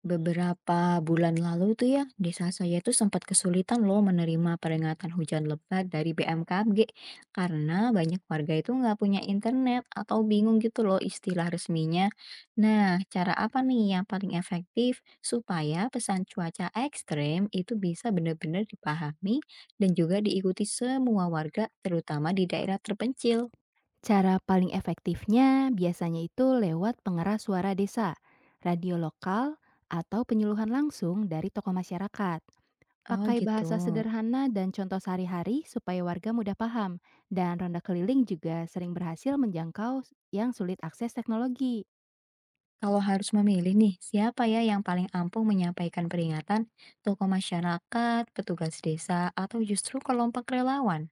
Beberapa bulan lalu tuh ya, desa saya tuh sempat kesulitan loh menerima peringatan hujan lebat dari BMKG karena banyak warga itu nggak punya internet atau bingung gitu loh istilah resminya. Nah, cara apa nih yang paling efektif supaya pesan cuaca ekstrem itu bisa benar-benar dipahami dan juga diikuti semua warga, terutama di daerah terpencil? Cara paling efektifnya biasanya itu lewat pengeras suara desa, radio lokal, atau penyuluhan langsung dari tokoh masyarakat. Oh Pakai gitu. bahasa sederhana dan contoh sehari-hari supaya warga mudah paham, dan ronda keliling juga sering berhasil menjangkau yang sulit akses teknologi. Kalau harus memilih nih, siapa ya yang paling ampuh menyampaikan peringatan? Tokoh masyarakat, petugas desa, atau justru kelompok relawan?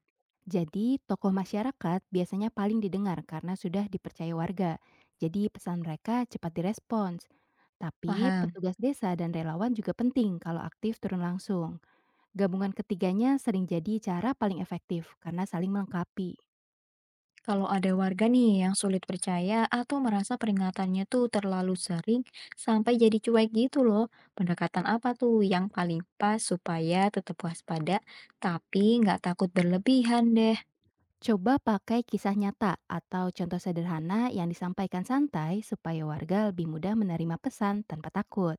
Jadi, tokoh masyarakat biasanya paling didengar karena sudah dipercaya warga. Jadi, pesan mereka cepat direspons. Tapi, Paham. petugas desa dan relawan juga penting kalau aktif turun langsung. Gabungan ketiganya sering jadi cara paling efektif karena saling melengkapi. Kalau ada warga nih yang sulit percaya atau merasa peringatannya tuh terlalu sering sampai jadi cuek gitu loh. Pendekatan apa tuh yang paling pas supaya tetap waspada tapi nggak takut berlebihan deh? Coba pakai kisah nyata atau contoh sederhana yang disampaikan santai supaya warga lebih mudah menerima pesan tanpa takut.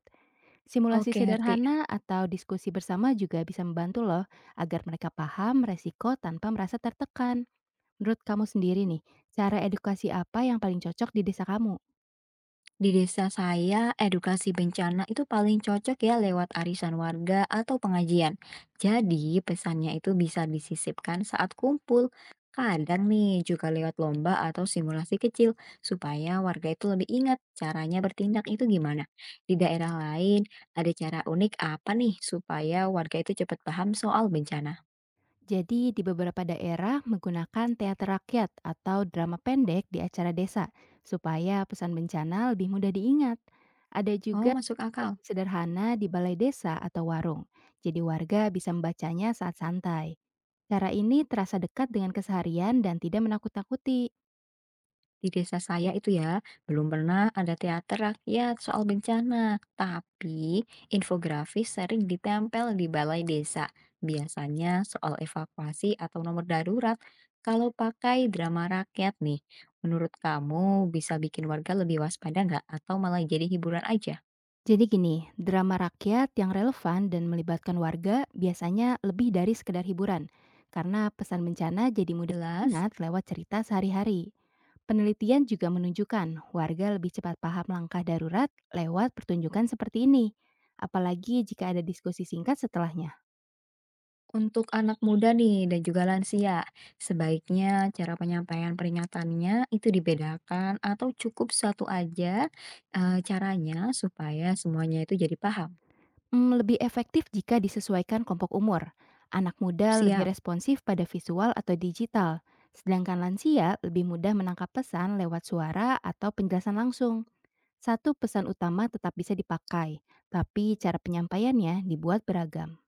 Simulasi Oke, ngerti. sederhana atau diskusi bersama juga bisa membantu loh agar mereka paham resiko tanpa merasa tertekan. Menurut kamu sendiri nih, cara edukasi apa yang paling cocok di desa kamu? Di desa saya, edukasi bencana itu paling cocok ya lewat arisan warga atau pengajian. Jadi, pesannya itu bisa disisipkan saat kumpul. Kadang nih juga lewat lomba atau simulasi kecil supaya warga itu lebih ingat caranya bertindak itu gimana. Di daerah lain, ada cara unik apa nih supaya warga itu cepat paham soal bencana? Jadi, di beberapa daerah menggunakan teater rakyat atau drama pendek di acara desa, supaya pesan bencana lebih mudah diingat. Ada Oh, juga masuk akal. infografis sederhana di balai desa atau warung, jadi warga bisa membacanya saat santai. Cara ini terasa dekat dengan keseharian dan tidak menakut-nakuti. Di desa saya itu ya, belum pernah ada teater rakyat soal bencana, tapi infografis sering ditempel di balai desa, biasanya soal evakuasi atau nomor darurat. Kalau pakai drama rakyat nih, menurut kamu bisa bikin warga lebih waspada nggak atau malah jadi hiburan aja? Jadi gini, drama rakyat yang relevan dan melibatkan warga biasanya lebih dari sekedar hiburan, karena pesan bencana jadi mudah Jelas? diingat lewat cerita sehari-hari. Penelitian juga menunjukkan warga lebih cepat paham langkah darurat lewat pertunjukan seperti ini. Apalagi jika ada diskusi singkat setelahnya. Untuk anak muda nih dan juga lansia, sebaiknya cara penyampaian peringatannya itu dibedakan atau cukup satu aja caranya supaya semuanya itu jadi paham? Hmm, lebih efektif jika disesuaikan kelompok umur. Anak muda lebih Siap. responsif pada visual atau digital, sedangkan lansia lebih mudah menangkap pesan lewat suara atau penjelasan langsung. Satu pesan utama tetap bisa dipakai, tapi cara penyampaiannya dibuat beragam.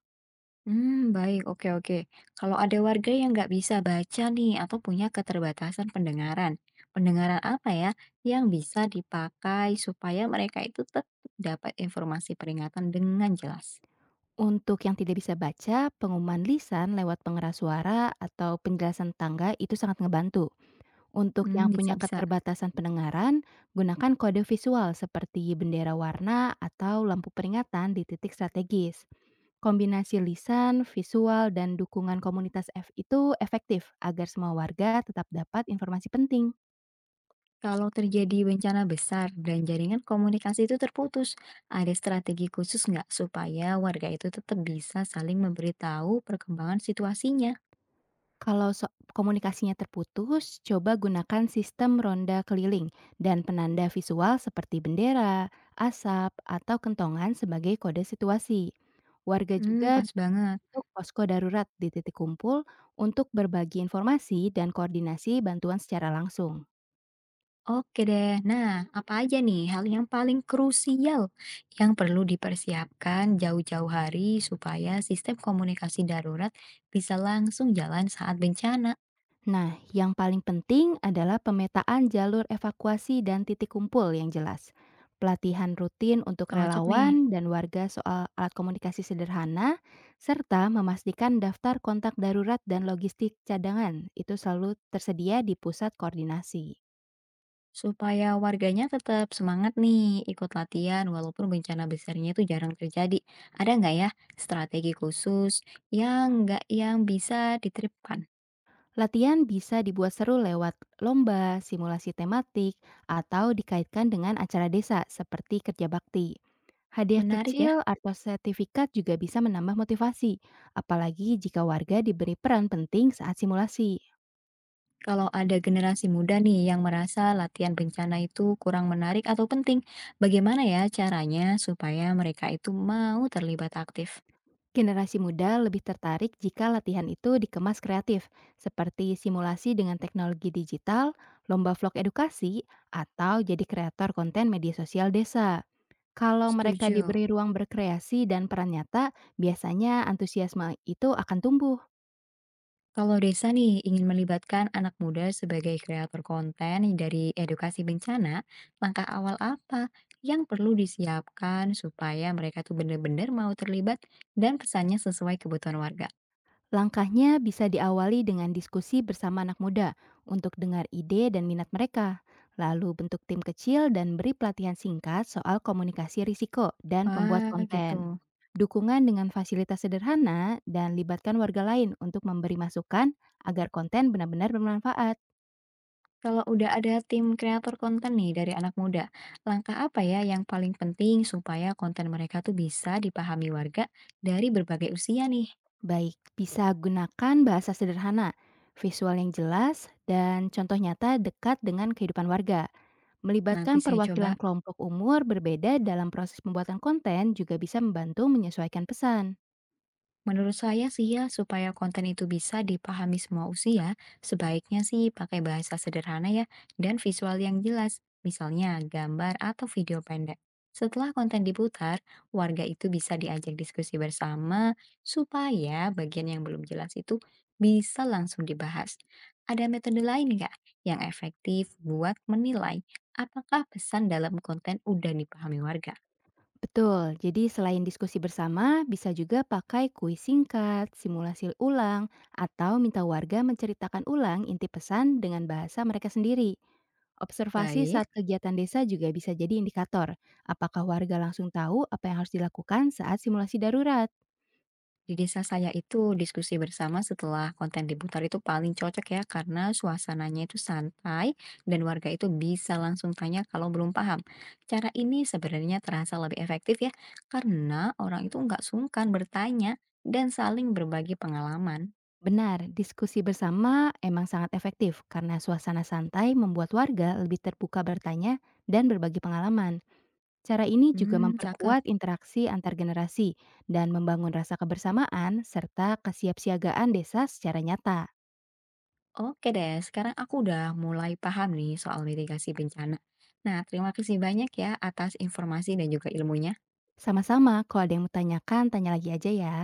Hmm, baik, oke oke. Kalau ada warga yang nggak bisa baca nih atau punya keterbatasan pendengaran, pendengaran apa ya yang bisa dipakai supaya mereka itu tetap dapat informasi peringatan dengan jelas? Untuk yang tidak bisa baca, pengumuman lisan lewat pengeras suara atau penjelasan tangga itu sangat ngebantu. Untuk Hmm, yang bisa punya bisa. keterbatasan pendengaran, gunakan kode visual seperti bendera warna atau lampu peringatan di titik strategis. Kombinasi lisan, visual, dan dukungan komunitas F itu efektif agar semua warga tetap dapat informasi penting. Kalau terjadi bencana besar dan jaringan komunikasi itu terputus, ada strategi khusus nggak supaya warga itu tetap bisa saling memberitahu perkembangan situasinya? Kalau komunikasinya terputus, coba gunakan sistem ronda keliling dan penanda visual seperti bendera, asap, atau kentongan sebagai kode situasi. Warga Hmm, juga pas banget. bentuk posko darurat di titik kumpul untuk berbagi informasi dan koordinasi bantuan secara langsung. Oke deh, nah apa aja nih hal yang paling krusial yang perlu dipersiapkan jauh-jauh hari supaya sistem komunikasi darurat bisa langsung jalan saat bencana? Nah, yang paling penting adalah pemetaan jalur evakuasi dan titik kumpul yang jelas. Pelatihan rutin untuk Cocok nih. relawan dan warga soal alat komunikasi sederhana, serta memastikan daftar kontak darurat dan logistik cadangan itu selalu tersedia di pusat koordinasi. Supaya warganya tetap semangat nih ikut latihan walaupun bencana besarnya itu jarang terjadi. Ada nggak ya strategi khusus yang nggak yang bisa diterapkan? Latihan bisa dibuat seru lewat lomba, simulasi tematik, atau dikaitkan dengan acara desa seperti kerja bakti. Hadiah Menarik ya, kecil atau sertifikat juga bisa menambah motivasi, apalagi jika warga diberi peran penting saat simulasi. kalau ada generasi muda nih yang merasa latihan bencana itu kurang menarik atau penting, bagaimana ya caranya supaya mereka itu mau terlibat aktif? Generasi muda lebih tertarik jika latihan itu dikemas kreatif, seperti simulasi dengan teknologi digital, lomba vlog edukasi, atau jadi kreator konten media sosial desa. Kalau mereka Setuju. diberi ruang berkreasi dan peran nyata, biasanya antusiasme itu akan tumbuh. Kalau desa nih ingin melibatkan anak muda sebagai kreator konten dari edukasi bencana, langkah awal apa yang perlu disiapkan supaya mereka tuh benar-benar mau terlibat dan pesannya sesuai kebutuhan warga? Langkahnya bisa diawali dengan diskusi bersama anak muda untuk dengar ide dan minat mereka, lalu bentuk tim kecil dan beri pelatihan singkat soal komunikasi risiko dan pembuat Ah gitu. konten. Dukungan dengan fasilitas sederhana dan libatkan warga lain untuk memberi masukan agar konten benar-benar bermanfaat. Kalau udah ada tim kreator konten nih dari anak muda, langkah apa ya yang paling penting supaya konten mereka tuh bisa dipahami warga dari berbagai usia nih? Baik, bisa gunakan bahasa sederhana, visual yang jelas, dan contoh nyata dekat dengan kehidupan warga. Melibatkan Nanti saya coba. perwakilan kelompok umur berbeda dalam proses pembuatan konten juga bisa membantu menyesuaikan pesan. Menurut saya sih ya, supaya konten itu bisa dipahami semua usia, sebaiknya sih pakai bahasa sederhana ya, dan visual yang jelas, misalnya gambar atau video pendek. Setelah konten diputar, warga itu bisa diajak diskusi bersama supaya bagian yang belum jelas itu bisa langsung dibahas. Ada metode lain nggak yang efektif buat menilai apakah pesan dalam konten udah dipahami warga? Betul, jadi selain diskusi bersama, bisa juga pakai kuis singkat, simulasi ulang, atau minta warga menceritakan ulang inti pesan dengan bahasa mereka sendiri. Observasi Baik. saat kegiatan desa juga bisa jadi indikator apakah warga langsung tahu apa yang harus dilakukan saat simulasi darurat. Di desa saya itu diskusi bersama setelah konten diputar itu paling cocok ya karena suasananya itu santai dan warga itu bisa langsung tanya kalau belum paham. Cara ini sebenarnya terasa lebih efektif ya karena orang itu nggak sungkan bertanya dan saling berbagi pengalaman. Benar, diskusi bersama emang sangat efektif karena suasana santai membuat warga lebih terbuka bertanya dan berbagi pengalaman. Cara ini juga Hmm, cakep. memperkuat interaksi antar generasi dan membangun rasa kebersamaan serta kesiapsiagaan desa secara nyata. Oke deh, sekarang aku udah mulai paham nih soal mitigasi bencana. Nah, terima kasih banyak ya atas informasi dan juga ilmunya. Sama-sama, kalau ada yang mau tanyakan, tanya lagi aja ya.